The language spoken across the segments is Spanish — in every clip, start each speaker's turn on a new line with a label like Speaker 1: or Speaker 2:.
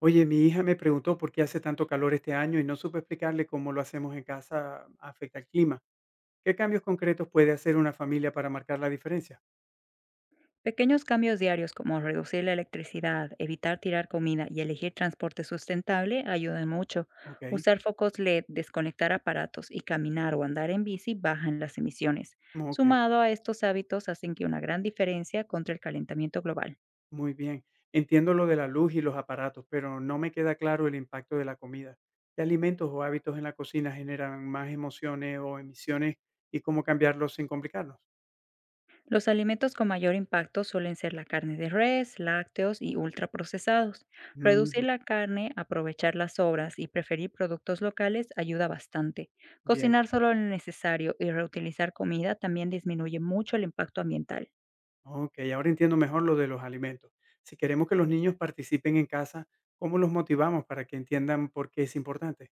Speaker 1: Oye, mi hija me preguntó por qué hace tanto calor este año y no supe explicarle cómo lo hacemos en casa afecta al clima. ¿Qué cambios concretos puede hacer una familia para marcar la diferencia?
Speaker 2: Pequeños cambios diarios como reducir la electricidad, evitar tirar comida y elegir transporte sustentable ayudan mucho.
Speaker 1: Ok,
Speaker 2: Usar focos LED, desconectar aparatos y caminar o andar en bici bajan las emisiones.
Speaker 1: ok,
Speaker 2: Sumado a estos hábitos hacen que una gran diferencia contra el calentamiento global.
Speaker 1: muy bien. Entiendo lo de la luz y los aparatos, pero no me queda claro el impacto de la comida. ¿Qué alimentos o hábitos en la cocina generan más emociones o emisiones y cómo cambiarlos sin complicarnos?
Speaker 2: Los alimentos con mayor impacto suelen ser la carne de res, lácteos y ultraprocesados.
Speaker 1: Ujú,
Speaker 2: Reducir la carne, aprovechar las sobras y preferir productos locales ayuda bastante.
Speaker 1: bien.
Speaker 2: Cocinar solo lo necesario y reutilizar comida también disminuye mucho el impacto ambiental.
Speaker 1: Ok, ahora entiendo mejor lo de los alimentos. Si queremos que los niños participen en casa, ¿cómo los motivamos para que entiendan por qué es importante?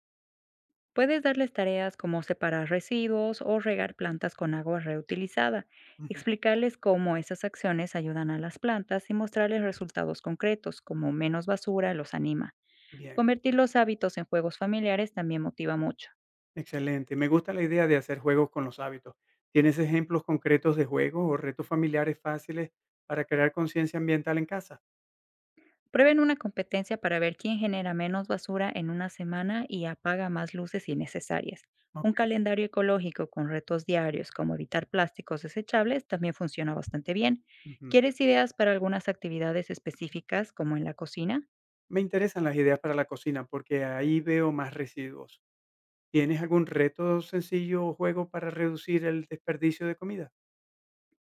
Speaker 2: Puedes darles tareas como separar residuos o regar plantas con agua reutilizada,
Speaker 1: Ujú,
Speaker 2: explicarles cómo esas acciones ayudan a las plantas y mostrarles resultados concretos como menos basura los anima.
Speaker 1: bien,
Speaker 2: Convertir los hábitos en juegos familiares también motiva mucho.
Speaker 1: excelente. Me gusta la idea de hacer juegos con los hábitos. ¿Tienes ejemplos concretos de juegos o retos familiares fáciles para crear conciencia ambiental en casa?
Speaker 2: Prueben una competencia para ver quién genera menos basura en una semana y apaga más luces innecesarias. Un
Speaker 1: Ok.
Speaker 2: calendario ecológico con retos diarios como evitar plásticos desechables también funciona bastante bien.
Speaker 1: Ujú.
Speaker 2: ¿Quieres ideas para algunas actividades específicas como en la cocina?
Speaker 1: Me interesan las ideas para la cocina porque ahí veo más residuos. ¿Tienes algún reto sencillo o juego para reducir el desperdicio de comida?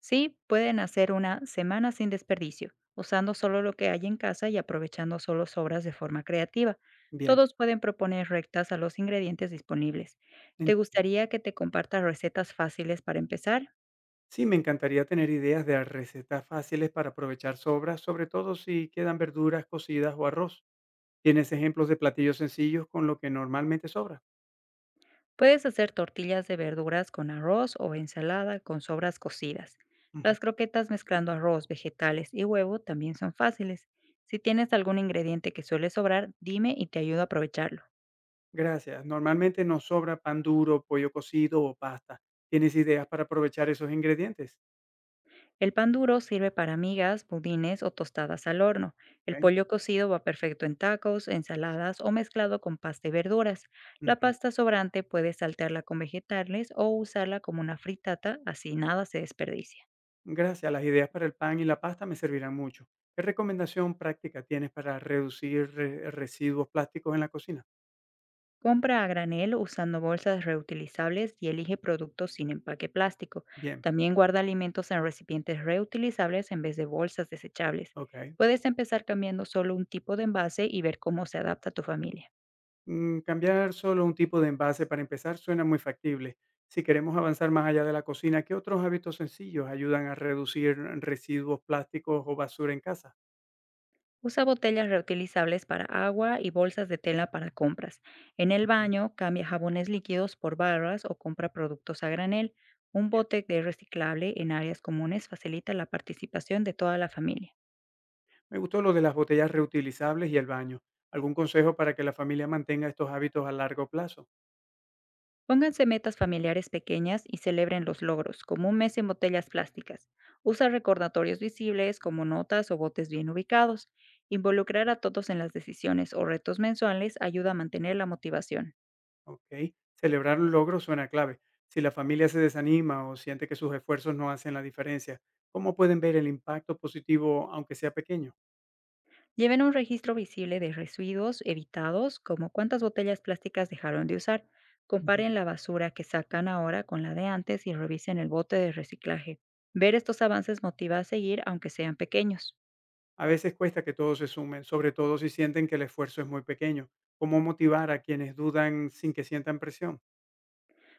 Speaker 2: Sí, pueden hacer una semana sin desperdicio, usando solo lo que hay en casa y aprovechando solo sobras de forma creativa.
Speaker 1: Bien,
Speaker 2: Todos pueden proponer rectas a los ingredientes disponibles. ¿Te
Speaker 1: entiendo.
Speaker 2: gustaría que te comparta recetas fáciles para empezar?
Speaker 1: Sí, me encantaría tener ideas de recetas fáciles para aprovechar sobras, sobre todo si quedan verduras cocidas o arroz. ¿Tienes ejemplos de platillos sencillos con lo que normalmente sobra?
Speaker 2: Puedes hacer tortillas de verduras con arroz o ensalada con sobras cocidas.
Speaker 1: Ujú.
Speaker 2: Las croquetas mezclando arroz, vegetales y huevo también son fáciles. Si tienes algún ingrediente que suele sobrar, dime y te ayudo a aprovecharlo.
Speaker 1: Gracias. Normalmente nos sobra pan duro, pollo cocido o pasta. ¿Tienes ideas para aprovechar esos ingredientes?
Speaker 2: El pan duro sirve para migas, budines o tostadas al horno. El
Speaker 1: Ok.
Speaker 2: pollo cocido va perfecto en tacos, ensaladas o mezclado con pasta y verduras. La
Speaker 1: Ujú.
Speaker 2: pasta sobrante puedes saltearla con vegetales o usarla como una fritata, así nada se desperdicia.
Speaker 1: Gracias. Las ideas para el pan y la pasta me servirán mucho. ¿Qué recomendación práctica tienes para reducir residuos plásticos en la cocina?
Speaker 2: Compra a granel usando bolsas reutilizables y elige productos sin empaque plástico.
Speaker 1: Bien,
Speaker 2: También guarda alimentos en recipientes reutilizables en vez de bolsas desechables.
Speaker 1: ok.
Speaker 2: Puedes empezar cambiando solo un tipo de envase y ver cómo se adapta a tu familia.
Speaker 1: Cambiar solo un tipo de envase para empezar suena muy factible. Si queremos avanzar más allá de la cocina, ¿qué otros hábitos sencillos ayudan a reducir residuos plásticos o basura en casa?
Speaker 2: Usa botellas reutilizables para agua y bolsas de tela para compras. En el
Speaker 1: Ujú.
Speaker 2: baño, cambia jabones líquidos por barras o compra productos a granel. Un
Speaker 1: Bien.
Speaker 2: bote de reciclable en áreas comunes facilita la participación de toda la familia.
Speaker 1: Me gustó lo de las botellas reutilizables y el baño. ¿Algún consejo para que la familia mantenga estos hábitos a largo plazo?
Speaker 2: Pónganse metas familiares pequeñas y celebren los logros, como un mes sin botellas plásticas. Usa recordatorios visibles
Speaker 1: Mm.
Speaker 2: como notas o botes bien ubicados. Involucrar a todos en las decisiones o retos mensuales ayuda a mantener la motivación.
Speaker 1: Ok. Celebrar un logro suena clave. Si la familia se desanima o siente que sus esfuerzos no hacen la diferencia, ¿cómo pueden ver el impacto positivo aunque sea pequeño?
Speaker 2: Lleven un registro visible de residuos evitados, como cuántas botellas plásticas dejaron de usar.
Speaker 1: Ujú.
Speaker 2: Comparen la basura que sacan ahora con la de antes y revisen el bote de reciclaje. Ver estos avances motiva a seguir, aunque sean pequeños.
Speaker 1: A veces cuesta que todos se sumen, sobre todo si sienten que el esfuerzo es muy pequeño. ¿Cómo motivar a quienes dudan sin que sientan presión?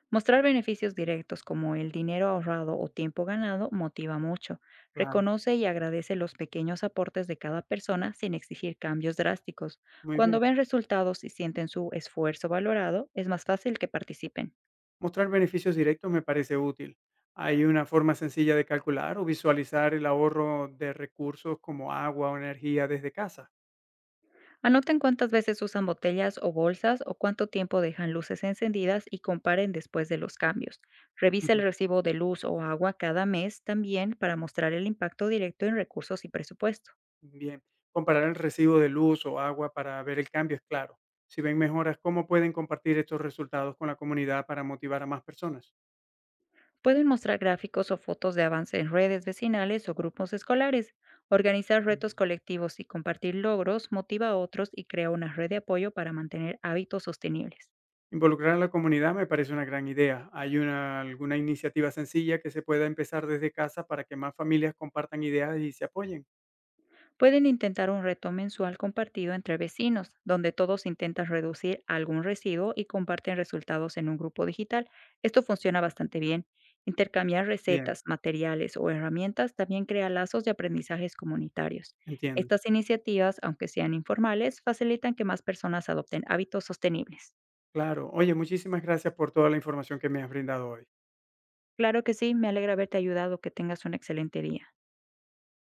Speaker 2: Mostrar beneficios directos como el dinero ahorrado o tiempo ganado motiva mucho.
Speaker 1: Claro,
Speaker 2: Reconoce y agradece los pequeños aportes de cada persona sin exigir cambios drásticos.
Speaker 1: muy
Speaker 2: Cuando
Speaker 1: bien.
Speaker 2: ven resultados y sienten su esfuerzo valorado, es más fácil que participen.
Speaker 1: Mostrar beneficios directos me parece útil. ¿Hay una forma sencilla de calcular o visualizar el ahorro de recursos como agua o energía desde casa?
Speaker 2: Anoten cuántas veces usan botellas o bolsas o cuánto tiempo dejan luces encendidas y comparen después de los cambios. Revise el
Speaker 1: Ujú.
Speaker 2: recibo de luz o agua cada mes también para mostrar el impacto directo en recursos y presupuesto.
Speaker 1: Bien, comparar el recibo de luz o agua para ver el cambio es claro. Si ven mejoras, ¿cómo pueden compartir estos resultados con la comunidad para motivar a más personas?
Speaker 2: Pueden mostrar gráficos o fotos de avance en redes vecinales o grupos escolares. Organizar retos
Speaker 1: Ujú.
Speaker 2: colectivos y compartir logros motiva a otros y crea una red de apoyo para mantener hábitos sostenibles.
Speaker 1: Involucrar a la comunidad me parece una gran idea. ¿Hay alguna iniciativa sencilla que se pueda empezar desde casa para que más familias compartan ideas y se apoyen?
Speaker 2: Pueden intentar un reto mensual compartido entre vecinos, donde todos intentan reducir algún residuo y comparten resultados en un grupo digital. Esto funciona bastante bien. Intercambiar
Speaker 1: Bien,
Speaker 2: recetas, materiales o herramientas también crea lazos de aprendizajes comunitarios.
Speaker 1: entiendo.
Speaker 2: Estas iniciativas, aunque sean informales, facilitan que más personas adopten hábitos sostenibles.
Speaker 1: Claro. Oye, muchísimas gracias por toda la información que me has brindado hoy.
Speaker 2: Claro que sí, me alegra haberte ayudado. Que tengas un excelente día.